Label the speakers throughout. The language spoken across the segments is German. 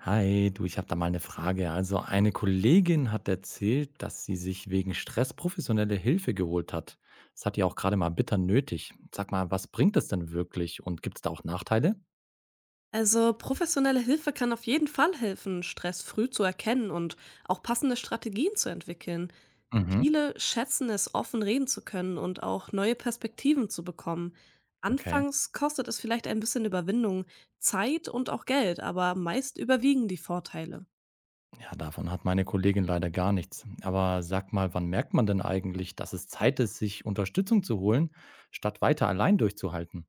Speaker 1: Hi, du, ich habe da mal eine Frage. Also eine Kollegin hat erzählt, dass sie sich wegen Stress professionelle Hilfe geholt hat. Das hat ja auch gerade mal bitter nötig. Sag mal, was bringt es denn wirklich und gibt es da auch Nachteile?
Speaker 2: Also professionelle Hilfe kann auf jeden Fall helfen, Stress früh zu erkennen und auch passende Strategien zu entwickeln.
Speaker 1: Mhm.
Speaker 2: Viele schätzen es, offen reden zu können und auch neue Perspektiven zu bekommen.
Speaker 1: Okay.
Speaker 2: Anfangs kostet es vielleicht ein bisschen Überwindung, Zeit und auch Geld, aber meist überwiegen die Vorteile.
Speaker 1: Ja, davon hat meine Kollegin leider gar nichts. Aber sag mal, wann merkt man denn eigentlich, dass es Zeit ist, sich Unterstützung zu holen, statt weiter allein durchzuhalten?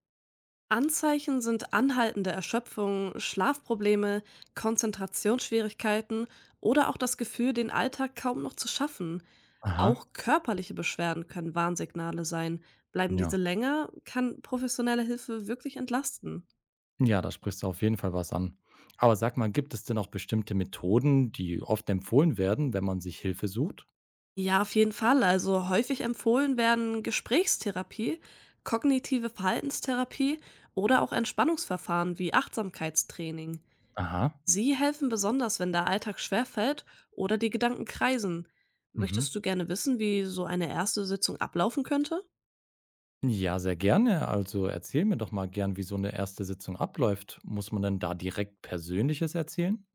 Speaker 2: Anzeichen sind anhaltende Erschöpfung, Schlafprobleme, Konzentrationsschwierigkeiten oder auch das Gefühl, den Alltag kaum noch zu schaffen.
Speaker 1: Aha.
Speaker 2: Auch körperliche Beschwerden können Warnsignale sein. Bleiben diese
Speaker 1: Ja.
Speaker 2: länger, kann professionelle Hilfe wirklich entlasten.
Speaker 1: Ja, da sprichst du auf jeden Fall was an. Aber sag mal, gibt es denn auch bestimmte Methoden, die oft empfohlen werden, wenn man sich Hilfe sucht?
Speaker 2: Ja, auf jeden Fall. Also häufig empfohlen werden Gesprächstherapie, kognitive Verhaltenstherapie oder auch Entspannungsverfahren wie Achtsamkeitstraining.
Speaker 1: Aha,
Speaker 2: Sie helfen besonders, wenn der Alltag schwerfällt oder die Gedanken kreisen.
Speaker 1: mhm.
Speaker 2: Möchtest du gerne wissen, wie so eine erste Sitzung ablaufen könnte?
Speaker 1: Ja, sehr gerne. Also erzähl mir doch mal gern, wie so eine erste Sitzung abläuft. Muss man denn da direkt Persönliches erzählen?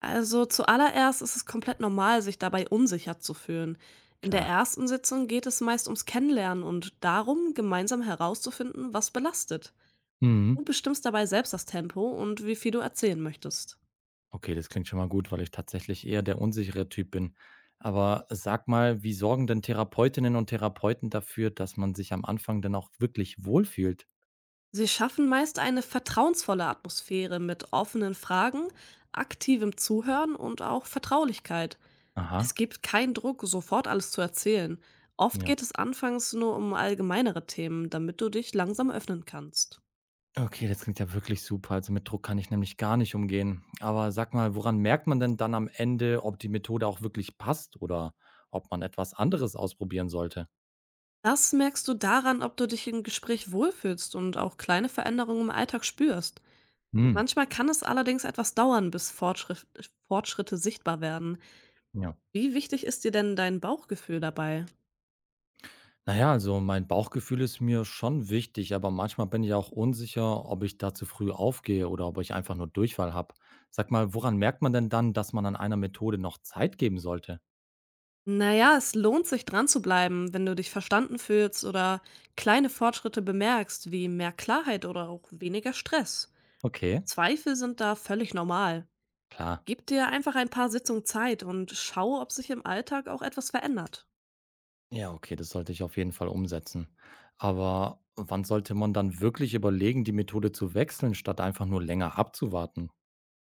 Speaker 2: Also zuallererst ist es komplett normal, sich dabei unsicher zu fühlen. In der
Speaker 1: Klar.
Speaker 2: ersten Sitzung geht es meist ums Kennenlernen und darum, gemeinsam herauszufinden, was belastet.
Speaker 1: Mhm.
Speaker 2: Du bestimmst dabei selbst das Tempo und wie viel du erzählen möchtest.
Speaker 1: Okay, das klingt schon mal gut, weil ich tatsächlich eher der unsichere Typ bin. Aber sag mal, wie sorgen denn Therapeutinnen und Therapeuten dafür, dass man sich am Anfang denn auch wirklich wohlfühlt?
Speaker 2: Sie schaffen meist eine vertrauensvolle Atmosphäre mit offenen Fragen, aktivem Zuhören und auch Vertraulichkeit. Es
Speaker 1: Aha.
Speaker 2: gibt keinen Druck, sofort alles zu erzählen. Oft
Speaker 1: Ja.
Speaker 2: geht es anfangs nur um allgemeinere Themen, damit du dich langsam öffnen kannst.
Speaker 1: Okay, das klingt ja wirklich super. Also mit Druck kann ich nämlich gar nicht umgehen. Aber sag mal, woran merkt man denn dann am Ende, ob die Methode auch wirklich passt oder ob man etwas anderes ausprobieren sollte?
Speaker 2: Das merkst du daran, ob du dich im Gespräch wohlfühlst und auch kleine Veränderungen im Alltag spürst.
Speaker 1: Hm,
Speaker 2: Manchmal kann es allerdings etwas dauern, bis Fortschritte sichtbar werden.
Speaker 1: ja.
Speaker 2: Wie wichtig ist dir denn dein Bauchgefühl dabei?
Speaker 1: Naja, also mein Bauchgefühl ist mir schon wichtig, aber manchmal bin ich auch unsicher, ob ich da zu früh aufgehe oder ob ich einfach nur Durchfall habe. Sag mal, woran merkt man denn dann, dass man an einer Methode noch Zeit geben sollte?
Speaker 2: Naja, es lohnt sich dran zu bleiben, wenn du dich verstanden fühlst oder kleine Fortschritte bemerkst, wie mehr Klarheit oder auch weniger Stress.
Speaker 1: Okay,
Speaker 2: Zweifel sind da völlig normal.
Speaker 1: klar.
Speaker 2: Gib dir einfach ein paar Sitzungen Zeit und schau, ob sich im Alltag auch etwas verändert.
Speaker 1: Ja, okay, das sollte ich auf jeden Fall umsetzen. Aber wann sollte man dann wirklich überlegen, die Methode zu wechseln, statt einfach nur länger abzuwarten?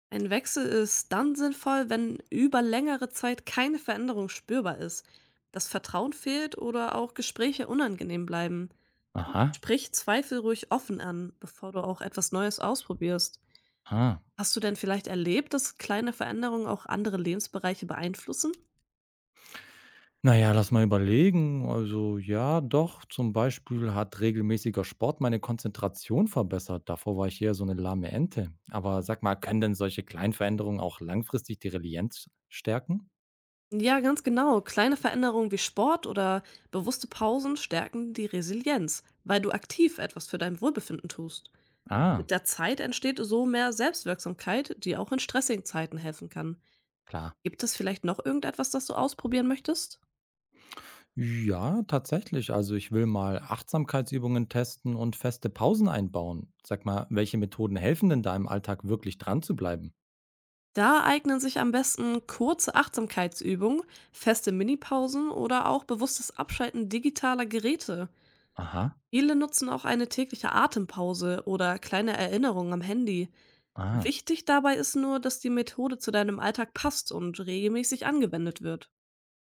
Speaker 2: Ein Wechsel ist dann sinnvoll, wenn über längere Zeit keine Veränderung spürbar ist, das Vertrauen fehlt oder auch Gespräche unangenehm bleiben.
Speaker 1: Aha,
Speaker 2: Sprich Zweifel ruhig offen an, bevor du auch etwas Neues ausprobierst.
Speaker 1: ah.
Speaker 2: Hast du denn vielleicht erlebt, dass kleine Veränderungen auch andere Lebensbereiche beeinflussen?
Speaker 1: Naja, lass mal überlegen. Also ja, doch, zum Beispiel hat regelmäßiger Sport meine Konzentration verbessert. Davor war ich eher so eine lahme Ente. Aber sag mal, können denn solche Kleinveränderungen auch langfristig die Resilienz stärken?
Speaker 2: Ja, ganz genau. Kleine Veränderungen wie Sport oder bewusste Pausen stärken die Resilienz, weil du aktiv etwas für dein Wohlbefinden tust.
Speaker 1: Ah,
Speaker 2: Mit der Zeit entsteht so mehr Selbstwirksamkeit, die auch in stressigen Zeiten helfen kann.
Speaker 1: klar.
Speaker 2: Gibt es vielleicht noch irgendetwas, das du ausprobieren möchtest?
Speaker 1: Ja, tatsächlich. Also ich will mal Achtsamkeitsübungen testen und feste Pausen einbauen. Sag mal, welche Methoden helfen denn da im Alltag wirklich dran zu bleiben?
Speaker 2: Da eignen sich am besten kurze Achtsamkeitsübungen, feste Minipausen oder auch bewusstes Abschalten digitaler Geräte.
Speaker 1: Aha,
Speaker 2: Viele nutzen auch eine tägliche Atempause oder kleine Erinnerungen am Handy.
Speaker 1: ah.
Speaker 2: Wichtig dabei ist nur, dass die Methode zu deinem Alltag passt und regelmäßig angewendet wird.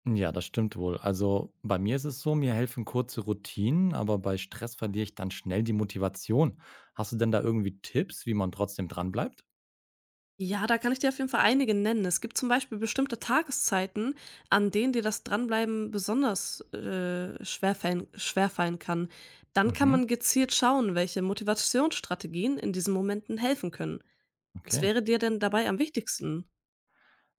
Speaker 1: Ja, das stimmt wohl. Also bei mir ist es so, mir helfen kurze Routinen, aber bei Stress verliere ich dann schnell die Motivation. Hast du denn da irgendwie Tipps, wie man trotzdem dran bleibt?
Speaker 2: Ja, da kann ich dir auf jeden Fall einige nennen. Es gibt zum Beispiel bestimmte Tageszeiten, an denen dir das Dranbleiben besonders schwerfallen kann. Dann kann
Speaker 1: Mhm,
Speaker 2: man gezielt schauen, welche Motivationsstrategien in diesen Momenten helfen können. Was
Speaker 1: okay.
Speaker 2: wäre dir denn dabei am wichtigsten?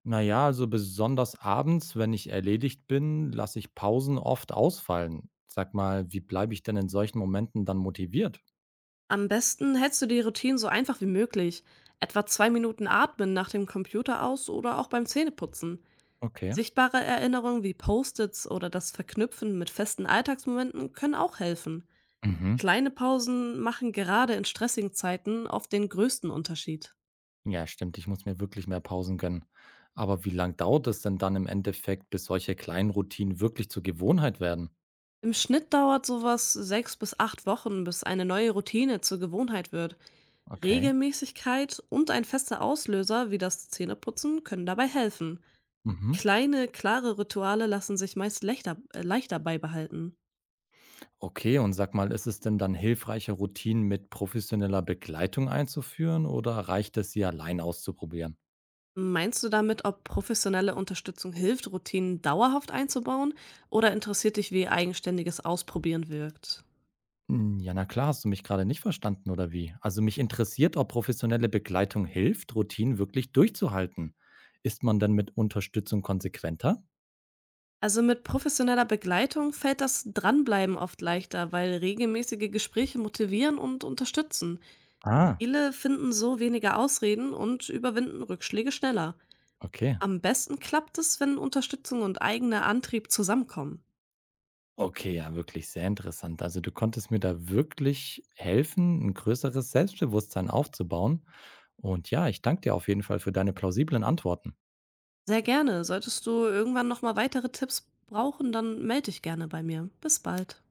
Speaker 1: Naja, also besonders abends, wenn ich erledigt bin, lasse ich Pausen oft ausfallen. Sag mal, wie bleibe ich denn in solchen Momenten dann motiviert?
Speaker 2: Am besten hältst du die Routine so einfach wie möglich. Etwa 2 Minuten atmen nach dem Computer aus oder auch beim Zähneputzen.
Speaker 1: Okay.
Speaker 2: Sichtbare Erinnerungen wie Post-its oder das Verknüpfen mit festen Alltagsmomenten können auch helfen.
Speaker 1: Mhm.
Speaker 2: Kleine Pausen machen gerade in stressigen Zeiten oft den größten Unterschied.
Speaker 1: Ja, stimmt. Ich muss mir wirklich mehr Pausen gönnen. Aber wie lang dauert es denn dann im Endeffekt, bis solche kleinen Routinen wirklich zur Gewohnheit werden?
Speaker 2: Im Schnitt dauert sowas 6 bis 8 Wochen, bis eine neue Routine zur Gewohnheit wird.
Speaker 1: Okay.
Speaker 2: Regelmäßigkeit und ein fester Auslöser wie das Zähneputzen können dabei helfen.
Speaker 1: Mhm.
Speaker 2: Kleine, klare Rituale lassen sich meist leichter, leichter beibehalten.
Speaker 1: Okay, und sag mal, ist es denn dann hilfreicher, Routinen mit professioneller Begleitung einzuführen oder reicht es, sie allein auszuprobieren?
Speaker 2: Meinst du damit, ob professionelle Unterstützung hilft, Routinen dauerhaft einzubauen, oder interessiert dich, wie eigenständiges Ausprobieren wirkt?
Speaker 1: Hm, ja, na klar, hast du mich gerade nicht verstanden oder wie? Also mich interessiert, ob professionelle Begleitung hilft, Routinen wirklich durchzuhalten. Ist man denn mit Unterstützung konsequenter?
Speaker 2: Also mit professioneller Begleitung fällt das Dranbleiben oft leichter, weil regelmäßige Gespräche motivieren und unterstützen.
Speaker 1: Ah,
Speaker 2: Viele finden so weniger Ausreden und überwinden Rückschläge schneller.
Speaker 1: okay.
Speaker 2: Am besten klappt es, wenn Unterstützung und eigener Antrieb zusammenkommen.
Speaker 1: Okay, ja, wirklich sehr interessant. Also du konntest mir da wirklich helfen, ein größeres Selbstbewusstsein aufzubauen. Und ja, ich danke dir auf jeden Fall für deine plausiblen Antworten.
Speaker 2: Sehr gerne. Solltest du irgendwann nochmal weitere Tipps brauchen, dann melde dich gerne bei mir. Bis bald.